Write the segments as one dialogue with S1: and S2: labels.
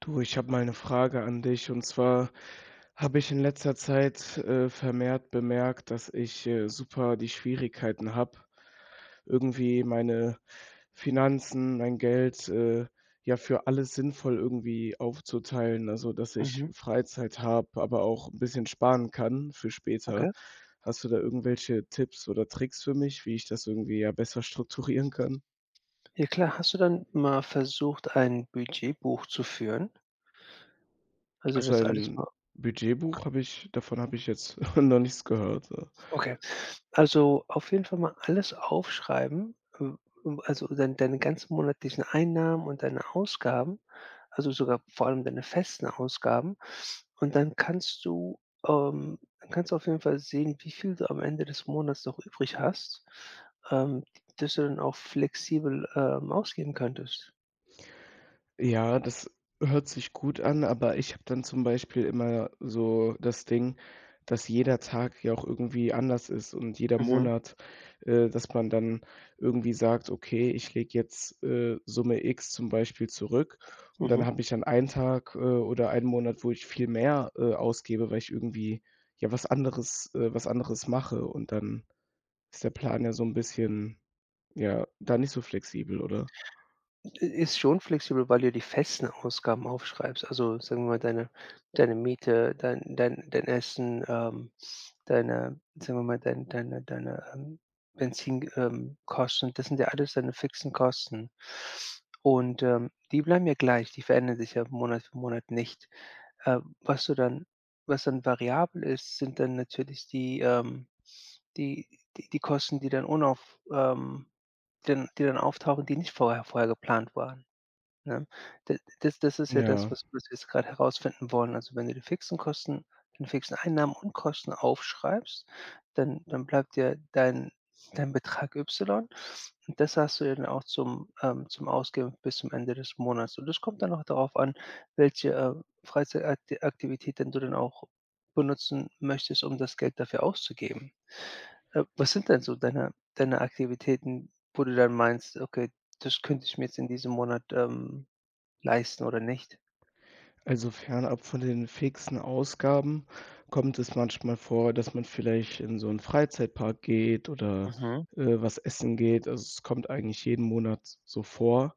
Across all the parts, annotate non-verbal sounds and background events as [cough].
S1: Du, ich habe mal eine Frage an dich. Und zwar habe ich in letzter Zeit, vermehrt bemerkt, dass ich super die Schwierigkeiten habe, irgendwie meine Finanzen, mein Geld, ja, für alles sinnvoll irgendwie aufzuteilen. Also, dass ich
S2: Mhm,
S1: Freizeit habe, aber auch ein bisschen sparen kann für später.
S2: okay.
S1: Hast du da irgendwelche Tipps oder Tricks für mich, wie ich das irgendwie, ja, besser strukturieren kann?
S2: Ja klar, hast du dann mal versucht, ein Budgetbuch zu führen? Also,
S1: Also,
S2: das alles
S1: ein
S2: mal.
S1: Budgetbuch habe ich davon habe ich jetzt [laughs] noch nichts gehört.
S2: Okay. Also, auf jeden Fall mal alles aufschreiben, also deine ganzen monatlichen Einnahmen und deine Ausgaben, also sogar vor allem deine festen Ausgaben. Und dann kannst du auf jeden Fall sehen, wie viel du am Ende des Monats noch übrig hast, d du dann auch flexibel, ausgeben könntest.
S1: Ja, das hört sich gut an, aber ich habe dann zum Beispiel immer so das Ding, dass jeder Tag ja auch irgendwie anders ist und jeder
S2: Mhm,
S1: Monat, dass man dann irgendwie sagt: „Okay, ich lege jetzt Summe X zum Beispiel zurück“ und
S2: mhm.
S1: dann habe ich dann einen Tag oder einen Monat, wo ich viel mehr ausgebe, weil ich irgendwie, ja, was anderes mache und dann ist der Plan ja so ein bisschen Ja, da nicht so flexibel, oder?
S2: Ist schon flexibel, weil du die festen Ausgaben aufschreibst. Also, sagen wir mal, deine Miete, dein Essen, deine, sagen wir mal, deine, Benzin Kosten, das sind ja alles deine fixen Kosten. Und, die bleiben ja gleich, die verändern sich ja Monat für Monat nicht. Äh, was du dann was dann variabel ist, sind dann natürlich die die Kosten, die dann unauf die dann auftauchen, die nicht vorher geplant waren. Ne? D das das ist ja das,
S1: Ja,
S2: was wir jetzt grad herausfinden wollen. Also, wenn du die fixen Kosten den fixen Einnahmen und Kosten aufschreibst, dann bleibt ja dein Betrag Y, und das hast du ja dann auch zum Ausgeben bis zum Ende des Monats. Und das kommt dann auch darauf an, welche, Freizeitakti denn du dann auch benutzen möchtest, um das Geld dafür auszugeben. Was sind denn so deine Aktivitäten, wo du dann meinst: „Okay, das könnte ich mir jetzt in diesem Monat leisten oder nicht?"
S1: also fernab von den fixen Ausgaben kommt es manchmal vor, dass man vielleicht in so 'n Freizeitpark geht oder,
S2: Mhm.
S1: äh, was essen geht. Also, es kommt eigentlich jeden Monat so vor.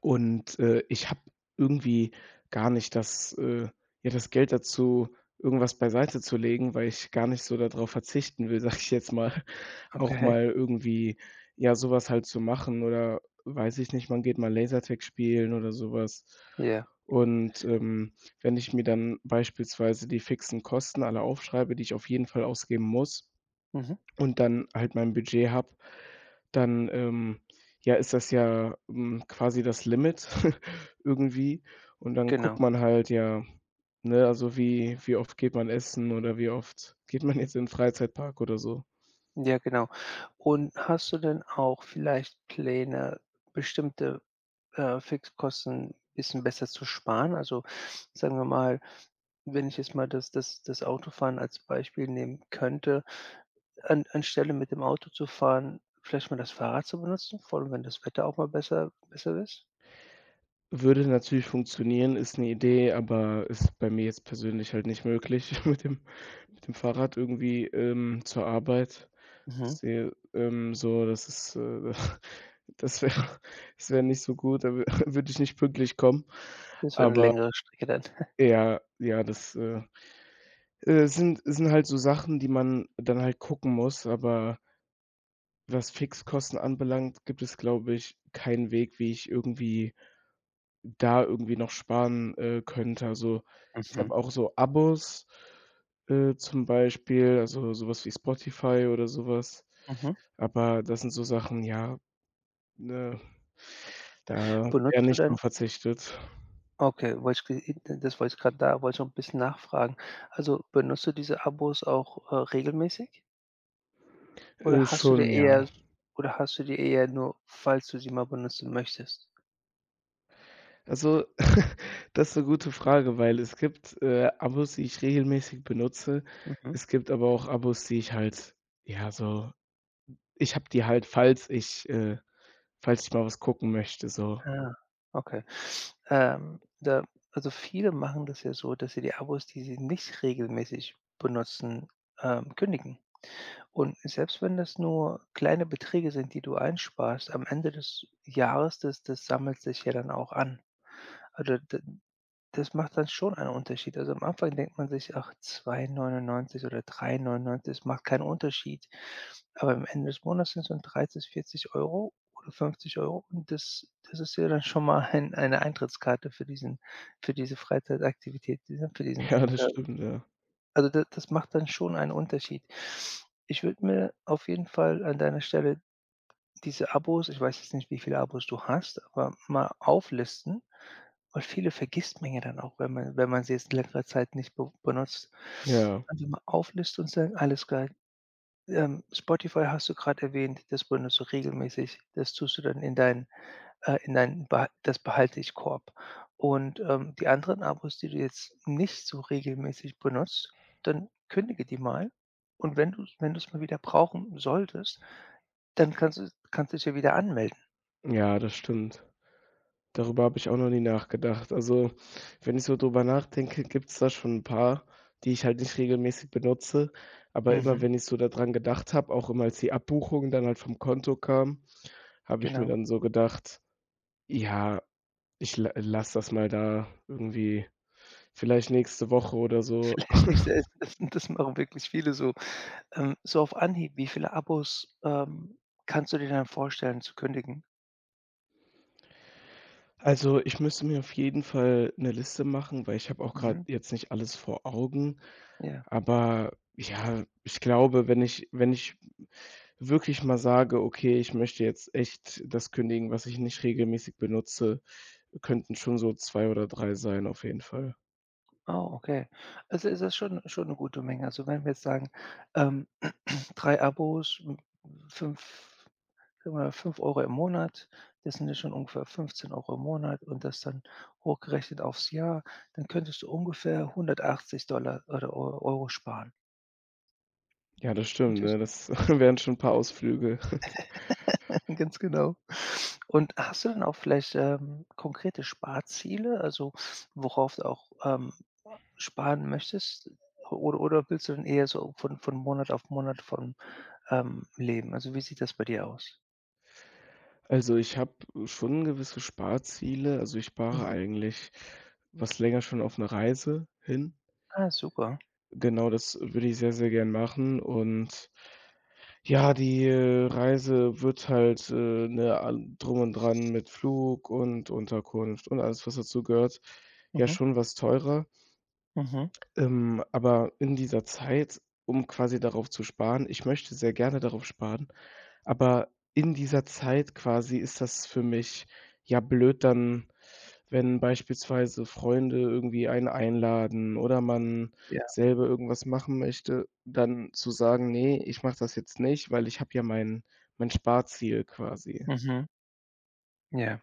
S1: Und ich habe irgendwie gar nicht das ja, das Geld dazu, irgendwas beiseite zu legen, weil ich gar nicht so darauf verzichten will, [laughs] sage ich jetzt mal, [laughs] auch
S2: Okay,
S1: mal irgendwie, ja, sowas halt zu machen oder weiß ich nicht, man geht mal Lasertag spielen oder sowas.
S2: ja.
S1: Und, wenn ich mir dann beispielsweise die fixen Kosten alle aufschreibe, die ich auf jeden Fall ausgeben muss
S2: Mhm.
S1: und dann halt mein Budget habe, dann ja, ist das ja, hm, quasi das Limit [laughs] irgendwie. Und dann guckt
S2: Genau.
S1: man halt, ja, ne, also wie oft geht man essen oder wie oft geht man jetzt in 'n Freizeitpark oder so.
S2: Ja, genau. Und hast du denn auch vielleicht Pläne, bestimmte Fixkosten bisschen besser zu sparen? Also, sagen wir mal, wenn ich jetzt mal das Autofahren als Beispiel nehmen könnte, an anstelle mit dem Auto zu fahren, vielleicht mal das Fahrrad zu benutzen, vor allem wenn das Wetter auch mal besser ist?
S1: Würde natürlich funktionieren, ist eine Idee, aber ist bei mir jetzt persönlich halt nicht möglich [laughs] mit dem Mit dem Fahrrad irgendwie, zur Arbeit. Ich
S2: Mhm.
S1: sehe, das ist, [laughs] das wäre das wäre nicht so gut, da würde [laughs] ich nicht pünktlich kommen.
S2: Das wäre eine
S1: Aber
S2: längere Strecke dann. [laughs]
S1: ja, ja, das sind sind halt so Sachen, die man dann halt gucken muss, aber was Fixkosten anbelangt, gibt es, glaube ich, keinen Weg, wie ich irgendwie da irgendwie noch sparen könnte. Also, ich
S2: Mhm,
S1: habe auch so Abos, zum Beispiel, also so was wie Spotify oder so was.
S2: mhm.
S1: Aber das sind so Sachen, ja, ne, da wird eher
S2: Benutzt du
S1: nicht
S2: denn?
S1: drauf verzichtet.
S2: Okay, wollte ich ge das wollte ich gerade da wollte ich noch 'n bisschen nachfragen. Also, benutzt du diese Abos auch regelmäßig?
S1: Äh,
S2: Oder hast du dir
S1: schon, ja.
S2: eher oder hast du die eher nur, falls du sie mal benutzen möchtest?
S1: Also, [laughs] das ist 'ne gute Frage, weil es gibt, Abos, die ich regelmäßig benutze.
S2: Mhm.
S1: Es gibt aber auch Abos, die ich halt ja, so ich habe die halt, falls ich falls ich mal was gucken möchte, so.
S2: Ah, okay. Da also, viele machen das ja so, dass sie die Abos, die sie nicht regelmäßig benutzen kündigen. Und selbst wenn das nur kleine Beträge sind, die du einsparst, am Ende des Jahres, das sammelt sich ja dann auch an. Also, d Das macht dann schon einen Unterschied. Also, am Anfang denkt man sich: „Ach, 2,99 € oder 3,99 €, es macht keinen Unterschied." Aber am Ende des Monats sind es dann 30, 40 € oder 50 €, und das ist ja dann schon mal eine Eintrittskarte für diesen für diese Freizeitaktivität, ne, für diesen
S1: Ja, das
S2: äh,
S1: stimmt, ja.
S2: Also, da, das macht dann schon einen Unterschied. Ich würde mir auf jeden Fall an deiner Stelle diese Abos, ich weiß jetzt nicht, wie viele Abos du hast, aber mal auflisten, und viele vergisst man ja dann auch, wenn man sie jetzt längere Zeit nicht be benutzt.
S1: Ja,
S2: Also, mal auflistet und sagen: „Alles klar Spotify hast du gerade erwähnt, das benutzt du regelmäßig. Das tust du dann in deinen beha das Behalte-ich-Korb. Und, die anderen Abos, die du jetzt nicht so regelmäßig benutzt, dann kündige die mal. Und wenn du es mal wieder brauchen solltest, dann kannst du dich ja wieder anmelden."
S1: ja, das stimmt. Darüber habe ich auch noch nie nachgedacht. Also, wenn ich so drüber nachdenke, gibt's da schon ein paar, die ich halt nicht regelmäßig benutze, aber immer,
S2: Mhm,
S1: wenn ich so daran gedacht habe, auch immer als die Abbuchung dann halt vom Konto kam, habe ich mir
S2: genau.
S1: dann so gedacht: „Ja, ich la lasse das mal da irgendwie vielleicht nächste Woche oder so.“
S2: Vielleicht nicht selten, das machen wirklich viele so. So auf Anhieb, wie viele Abos kannst du dir dann vorstellen zu kündigen?
S1: Also, ich müsste mir auf jeden Fall eine Liste machen, weil ich habe auch gerade
S2: Mhm,
S1: jetzt nicht alles vor Augen.
S2: ja.
S1: Aber ja, ich glaube, wenn ich wirklich mal sage: „Okay, ich möchte jetzt echt das kündigen, was ich nicht regelmäßig benutze“, könnten schon so 2 oder 3 sein auf jeden Fall.
S2: Oh, okay. Also, ist das schon 'ne gute Menge. Also, wenn wir jetzt sagen, ähm, [clears throat] 3 Abos, 5, sagen wir mal 5 € im Monat, das sind ja schon ungefähr 15 € im Monat, und das dann hochgerechnet aufs Jahr, dann könntest du ungefähr 180 oder Eu Euro sparen.
S1: Ja, das stimmt, ne?
S2: [unintelligible]
S1: Das [laughs] wären schon ein paar Ausflüge. [laughs]
S2: [laughs] Ganz genau. Und hast du denn auch vielleicht konkrete Sparziele, also worauf du auch sparen möchtest? Oder willst du dann eher so von Monat auf Monat leben? Also, wie sieht das bei dir aus?
S1: Also, ich habe schon gewisse Sparziele. Also, ich spare
S2: Mhm.
S1: eigentlich was länger schon auf eine Reise hin.
S2: Ah, super.
S1: Genau, das würde ich sehr, sehr gern machen und ja, die Reise wird halt, ne, all drum und dran mit Flug und Unterkunft und alles, was dazu gehört ja
S2: Mhm.
S1: schon was teurer.
S2: Mhm.
S1: Aber in dieser Zeit, um quasi darauf zu sparen ich möchte sehr gerne darauf sparen, aber in dieser Zeit quasi ist das für mich, ja, blöd dann, wenn beispielsweise Freunde irgendwie einen einladen oder man
S2: Ja.
S1: selber irgendwas machen möchte, dann zu sagen: „Ne, ich mache das jetzt nicht, weil ich habe ja mein Sparziel quasi.“
S2: Mhm. Ja.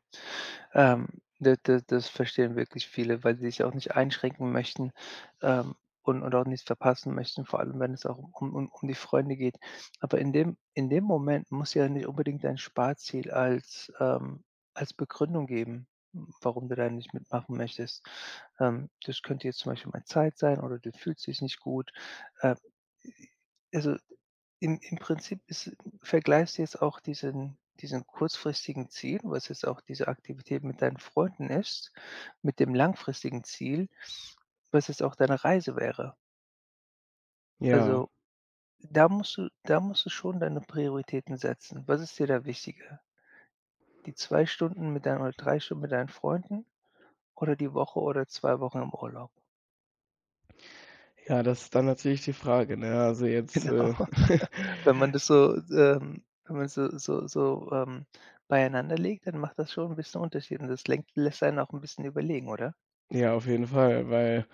S2: Da da das verstehen wirklich viele, weil sie sich auch nicht einschränken möchten, ähm, und auch nichts verpassen möchten, vor allem wenn es auch um die Freunde geht. Aber in dem Moment muss ja nicht unbedingt dein Sparziel als als Begründung geben, warum du da nicht mitmachen möchtest. Das könnte jetzt zum Beispiel mal Zeit sein, oder du fühlst dich nicht gut. Äh, also, im Prinzip ist vergleichst du jetzt auch diesen kurzfristigen Ziel, was jetzt auch diese Aktivität mit deinen Freunden ist, mit dem langfristigen Ziel, was jetzt auch deine Reise wäre.
S1: Ja.
S2: Also, da musst du schon deine Prioritäten setzen. Was ist dir da wichtiger? Die 2 Stunden mit deinen oder 3 Stunden mit deinen Freunden, oder die Woche oder 2 Wochen im Urlaub?
S1: Ja, das ist dann natürlich die Frage, ne? Also jetzt,
S2: Genau. [laughs] Wenn
S1: [laughs]
S2: man das so, wenn man so beieinander legt, dann macht das schon ein bisschen Unterschied, und das lenkt lässt einen auch ein bisschen überlegen, oder?
S1: ja, auf jeden Fall, weil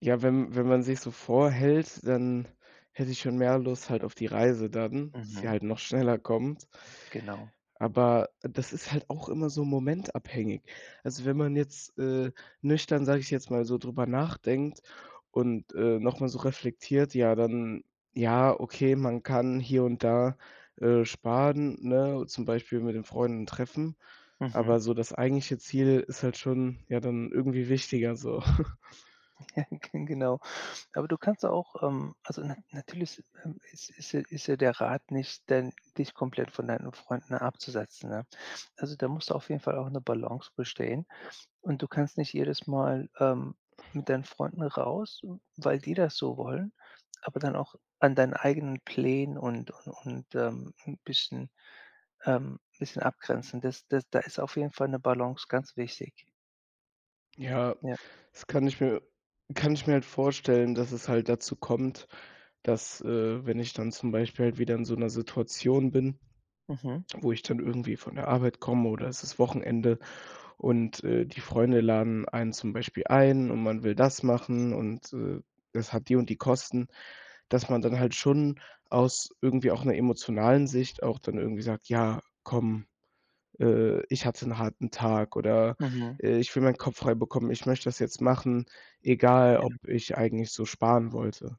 S1: Ja, wenn man sich so vorhält, dann hätte ich schon mehr Lust halt auf die Reise dann, dass sie
S2: Mhm.
S1: halt noch [laughs] schneller kommt.
S2: Genau.
S1: Aber das ist halt auch immer so momentabhängig. Also, wenn man jetzt nüchtern, sage ich jetzt mal, so drüber nachdenkt und, noch so reflektiert, ja, dann ja, okay, man kann hier und da, sparen, ne, zum Beispiel mit den Freunden treffen,
S2: Mhm.
S1: aber
S2: [laughs]
S1: so das eigentliche Ziel ist halt schon, ja, dann irgendwie wichtiger so. [laughs]
S2: Ja, genau. Aber du kannst auch, also, natürlich, ist ja der Rat nicht, denn dich komplett von deinen Freunden abzusetzen, ne? Also, da muss auf jeden Fall auch eine Balance bestehen, und du kannst nicht jedes Mal mit deinen Freunden raus, weil die das so wollen, aber dann auch an deinen eigenen Plänen und 'n bisschen bisschen abgrenzen. Das da ist auf jeden Fall eine Balance ganz wichtig.
S1: Ja,
S2: Ja.
S1: das kann ich mir halt vorstellen, dass es halt dazu kommt, dass, wenn ich dann zum Beispiel halt wieder in so 'ner Situation bin,
S2: Mhm.
S1: wo ich dann irgendwie von der Arbeit komme oder es ist Wochenende und, die Freunde laden einen zum Beispiel ein und man will das machen und, das hat die und die Kosten, dass man dann halt schon aus irgendwie auch 'ner emotionalen Sicht auch dann irgendwie sagt: „Ja, komm, ich hatte 'n harten Tag oder,
S2: Mhm.
S1: ich will meinen Kopf frei bekommen, ich möchte das jetzt machen, egal
S2: Ja.
S1: ob ich eigentlich so sparen wollte.“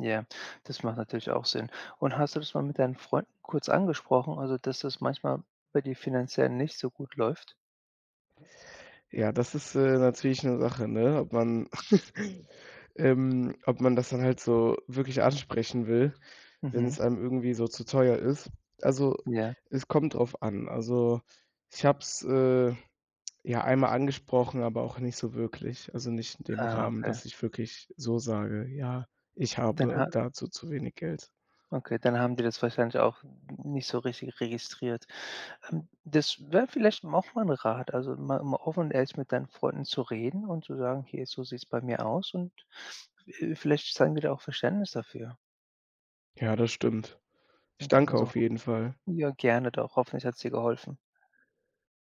S2: Ja, das macht natürlich auch Sinn. Und hast du das mal mit deinen Freunden kurz angesprochen, also, dass das manchmal bei dir finanziell nicht so gut läuft?
S1: Ja, das ist, natürlich 'ne Sache, ne, ob man [laughs] ob man das dann halt so wirklich ansprechen will,
S2: Mhm.
S1: wenn's einem irgendwie so zu teuer ist. Also,
S2: Ja.
S1: es kommt drauf an. Also, ich habe es ja, einmal angesprochen, aber auch nicht so wirklich. Also, nicht in dem
S2: Ah,
S1: Rahmen,
S2: okay.
S1: dass ich wirklich so sage: „Ja, ich
S2: Dann
S1: habe
S2: ha
S1: dazu zu wenig Geld.“
S2: Okay, dann haben die das wahrscheinlich auch nicht so richtig registriert. Das wäre vielleicht auch mal 'n Rat, also, mal offen und ehrlich mit deinen Freunden zu reden und zu sagen: „Hier, so sieht's bei mir aus", und vielleicht zeigen die da auch Verständnis dafür.
S1: Ja, das stimmt.
S2: Dann
S1: Ich
S2: können wir
S1: danke
S2: so.
S1: auf jeden Fall.
S2: Ja, gerne doch. Hoffentlich hat's dir geholfen.